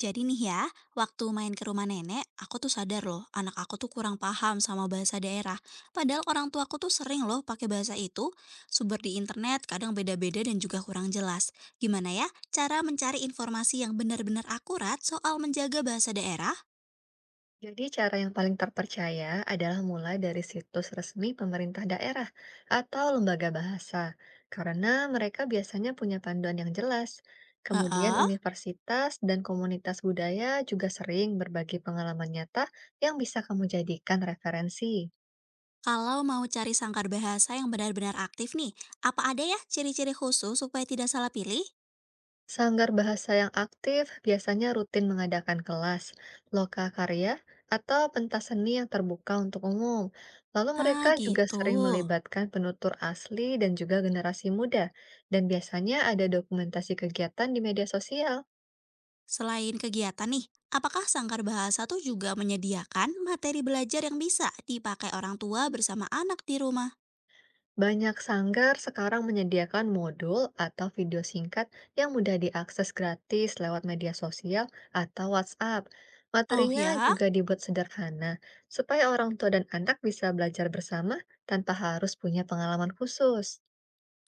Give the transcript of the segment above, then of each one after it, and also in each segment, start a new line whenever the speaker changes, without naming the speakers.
Jadi nih ya, waktu main ke rumah nenek, aku tuh sadar loh, anak aku tuh kurang paham sama bahasa daerah. Padahal orang tuaku tuh sering loh pakai bahasa itu. Sumber di internet kadang beda-beda dan juga kurang jelas. Gimana ya cara mencari informasi yang benar-benar akurat soal menjaga bahasa daerah?
Jadi cara yang paling terpercaya adalah mulai dari situs resmi pemerintah daerah atau lembaga bahasa, karena mereka biasanya punya panduan yang jelas. Kemudian
Heeh.
universitas dan komunitas budaya juga sering berbagi pengalaman nyata yang bisa kamu jadikan referensi.
Kalau mau cari sangkar bahasa yang benar-benar aktif nih, apa ada ya ciri-ciri khusus supaya tidak salah pilih?
Sanggar bahasa yang aktif biasanya rutin mengadakan kelas, loka karya, atau pentas seni yang terbuka untuk umum. Lalu
Ah,
mereka juga
gitu.
sering melibatkan penutur asli dan juga generasi muda, dan biasanya ada dokumentasi kegiatan di media sosial.
Selain kegiatan nih, apakah Sanggar Bahasa tuh juga menyediakan materi belajar yang bisa dipakai orang tua bersama anak di rumah?
Banyak sanggar sekarang menyediakan modul atau video singkat yang mudah diakses gratis lewat media sosial atau WhatsApp.
Oh
Materinya
ya,
juga dibuat sederhana, supaya orang tua dan anak bisa belajar bersama tanpa harus punya pengalaman khusus.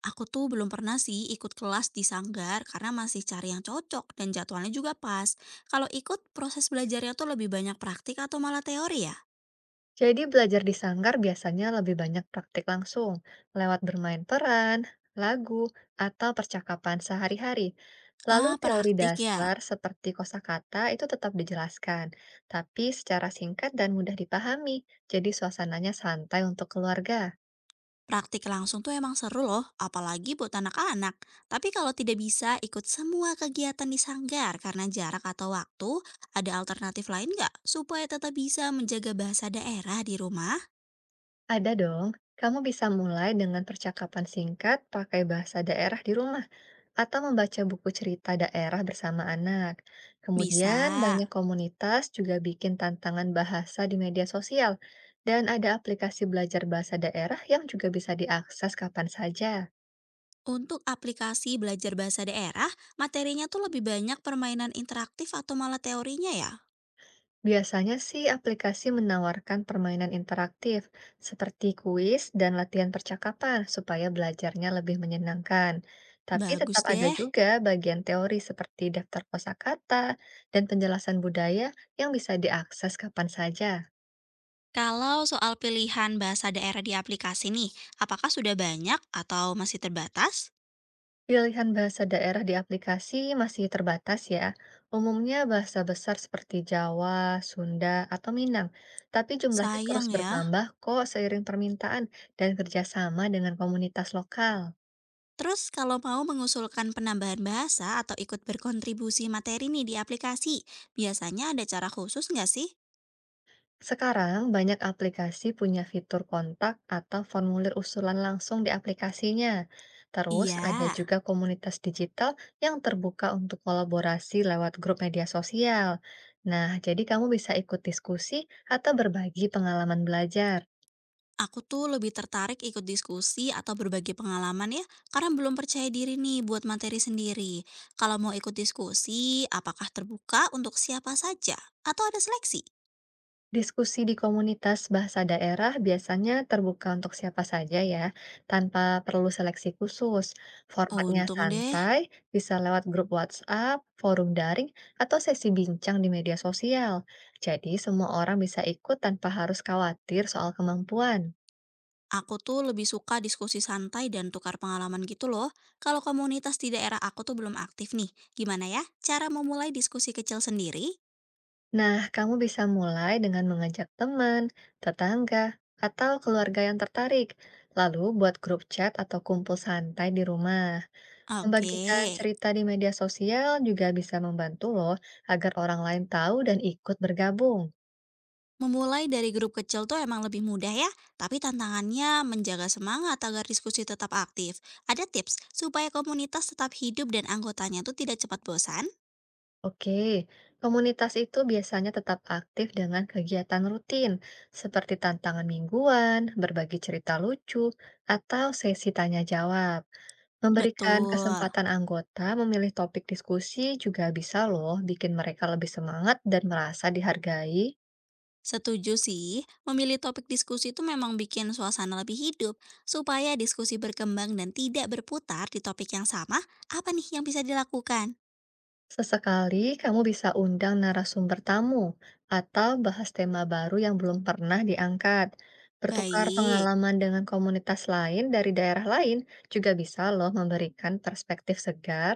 aku tuh belum pernah sih ikut kelas di Sanggar karena masih cari yang cocok dan jadwalnya juga pas. Kalau ikut, proses belajarnya tuh lebih banyak praktik atau malah teori ya?
Jadi belajar di sanggar biasanya lebih banyak praktik langsung, lewat bermain peran, lagu, atau percakapan sehari-hari. Lalu
Ah,
teori
praktik
dasar
ya.
seperti kosakata itu tetap dijelaskan, tapi secara singkat dan mudah dipahami. Jadi suasananya santai untuk keluarga.
Praktik langsung tuh emang seru loh, apalagi buat anak-anak. Tapi kalau tidak bisa ikut semua kegiatan di sanggar karena jarak atau waktu, ada alternatif lain nggak supaya tetap bisa menjaga bahasa daerah di rumah?
Ada dong, kamu bisa mulai dengan percakapan singkat pakai bahasa daerah di rumah, atau membaca buku cerita daerah bersama anak.
Bisa.
Kemudian, banyak komunitas juga bikin tantangan bahasa di media sosial, dan ada aplikasi belajar bahasa daerah yang juga bisa diakses kapan saja.
Untuk aplikasi belajar bahasa daerah, materinya tuh lebih banyak permainan interaktif atau malah teorinya ya?
Biasanya sih aplikasi menawarkan permainan interaktif seperti kuis dan latihan percakapan supaya belajarnya lebih menyenangkan. Tapi
Bagus
tetap ada
deh.
juga bagian teori seperti daftar kosakata dan penjelasan budaya yang bisa diakses kapan saja.
Kalau soal pilihan bahasa daerah di aplikasi nih, apakah sudah banyak atau masih terbatas?
Pilihan bahasa daerah di aplikasi masih terbatas ya. Umumnya bahasa besar seperti Jawa, Sunda, atau Minang. Tapi jumlahnya terus
Sayang ya,
bertambah kok seiring permintaan dan kerjasama dengan komunitas lokal.
terus kalau mau mengusulkan penambahan bahasa atau ikut berkontribusi materi nih di aplikasi, biasanya ada cara khusus nggak sih?
Sekarang banyak aplikasi punya fitur kontak atau formulir usulan langsung di aplikasinya. Terus
Iya,
ada juga komunitas digital yang terbuka untuk kolaborasi lewat grup media sosial. Nah, jadi kamu bisa ikut diskusi atau berbagi pengalaman belajar.
aku tuh lebih tertarik ikut diskusi atau berbagi pengalaman ya, karena belum percaya diri nih buat materi sendiri. Kalau mau ikut diskusi, apakah terbuka untuk siapa saja? Atau ada seleksi?
Diskusi di komunitas bahasa daerah biasanya terbuka untuk siapa saja ya, tanpa perlu seleksi khusus. Formatnya
Untung deh.
santai, bisa lewat grup WhatsApp, forum daring, atau sesi bincang di media sosial. Jadi semua orang bisa ikut tanpa harus khawatir soal kemampuan.
Aku tuh lebih suka diskusi santai dan tukar pengalaman gitu loh. Kalau komunitas di daerah aku tuh belum aktif nih, gimana ya cara memulai diskusi kecil sendiri?
Nah, kamu bisa mulai dengan mengajak teman, tetangga, atau keluarga yang tertarik. Lalu buat grup chat atau kumpul santai di rumah.
Oke,
Membagikan cerita di media sosial juga bisa membantu loh agar orang lain tahu dan ikut bergabung.
memulai dari grup kecil tuh emang lebih mudah ya, tapi tantangannya menjaga semangat agar diskusi tetap aktif. Ada tips supaya komunitas tetap hidup dan anggotanya tuh tidak cepat bosan?
Oke, komunitas itu biasanya tetap aktif dengan kegiatan rutin seperti tantangan mingguan, berbagi cerita lucu, atau sesi tanya jawab. Memberikan
Betul.
kesempatan anggota memilih topik diskusi juga bisa loh bikin mereka lebih semangat dan merasa dihargai.
Setuju sih, memilih topik diskusi itu memang bikin suasana lebih hidup. Supaya diskusi berkembang dan tidak berputar di topik yang sama, apa nih yang bisa dilakukan?
Sesekali kamu bisa undang narasumber tamu atau bahas tema baru yang belum pernah diangkat. Bertukar
Baik,
pengalaman dengan komunitas lain dari daerah lain juga bisa loh memberikan perspektif segar.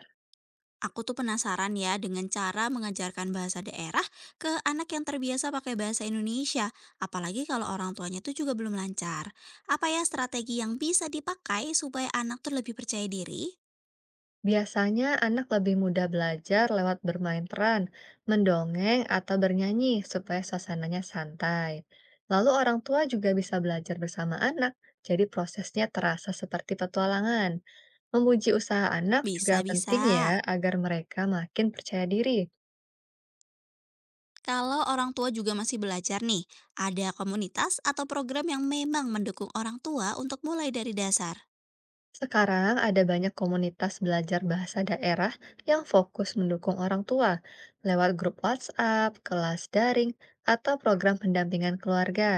aku tuh penasaran ya dengan cara mengajarkan bahasa daerah ke anak yang terbiasa pakai bahasa Indonesia, apalagi kalau orang tuanya tuh juga belum lancar. Apa ya strategi yang bisa dipakai supaya anak tuh lebih percaya diri?
Biasanya anak lebih mudah belajar lewat bermain peran, mendongeng, atau bernyanyi supaya suasananya santai. Lalu orang tua juga bisa belajar bersama anak, jadi prosesnya terasa seperti petualangan. Memuji usaha anak juga
Bisa-bisa.
penting ya, agar mereka makin percaya diri.
Kalau orang tua juga masih belajar nih, ada komunitas atau program yang memang mendukung orang tua untuk mulai dari dasar.
Sekarang ada banyak komunitas belajar bahasa daerah yang fokus mendukung orang tua lewat grup WhatsApp, kelas daring, atau program pendampingan keluarga.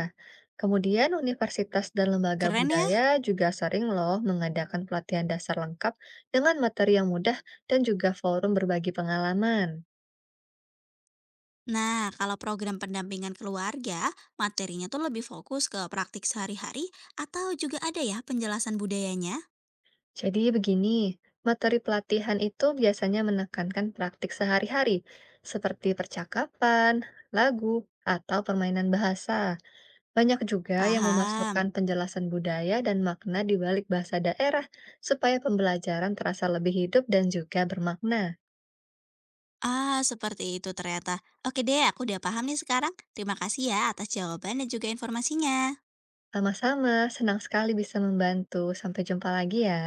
Kemudian universitas dan lembaga
Keren ya?
budaya juga sering loh mengadakan pelatihan dasar lengkap dengan materi yang mudah dan juga forum berbagi pengalaman.
Nah, kalau program pendampingan keluarga, materinya tuh lebih fokus ke praktik sehari-hari atau juga ada ya penjelasan budayanya?
Jadi begini, materi pelatihan itu biasanya menekankan praktik sehari-hari, seperti percakapan, lagu, atau permainan bahasa. Banyak juga yang
Paham.
memasukkan penjelasan budaya dan makna di balik bahasa daerah, supaya pembelajaran terasa lebih hidup dan juga bermakna.
Ah, seperti itu ternyata. Oke deh, aku udah paham nih sekarang. Terima kasih ya atas jawaban dan juga informasinya.
Sama-sama, senang sekali bisa membantu. Sampai jumpa lagi ya.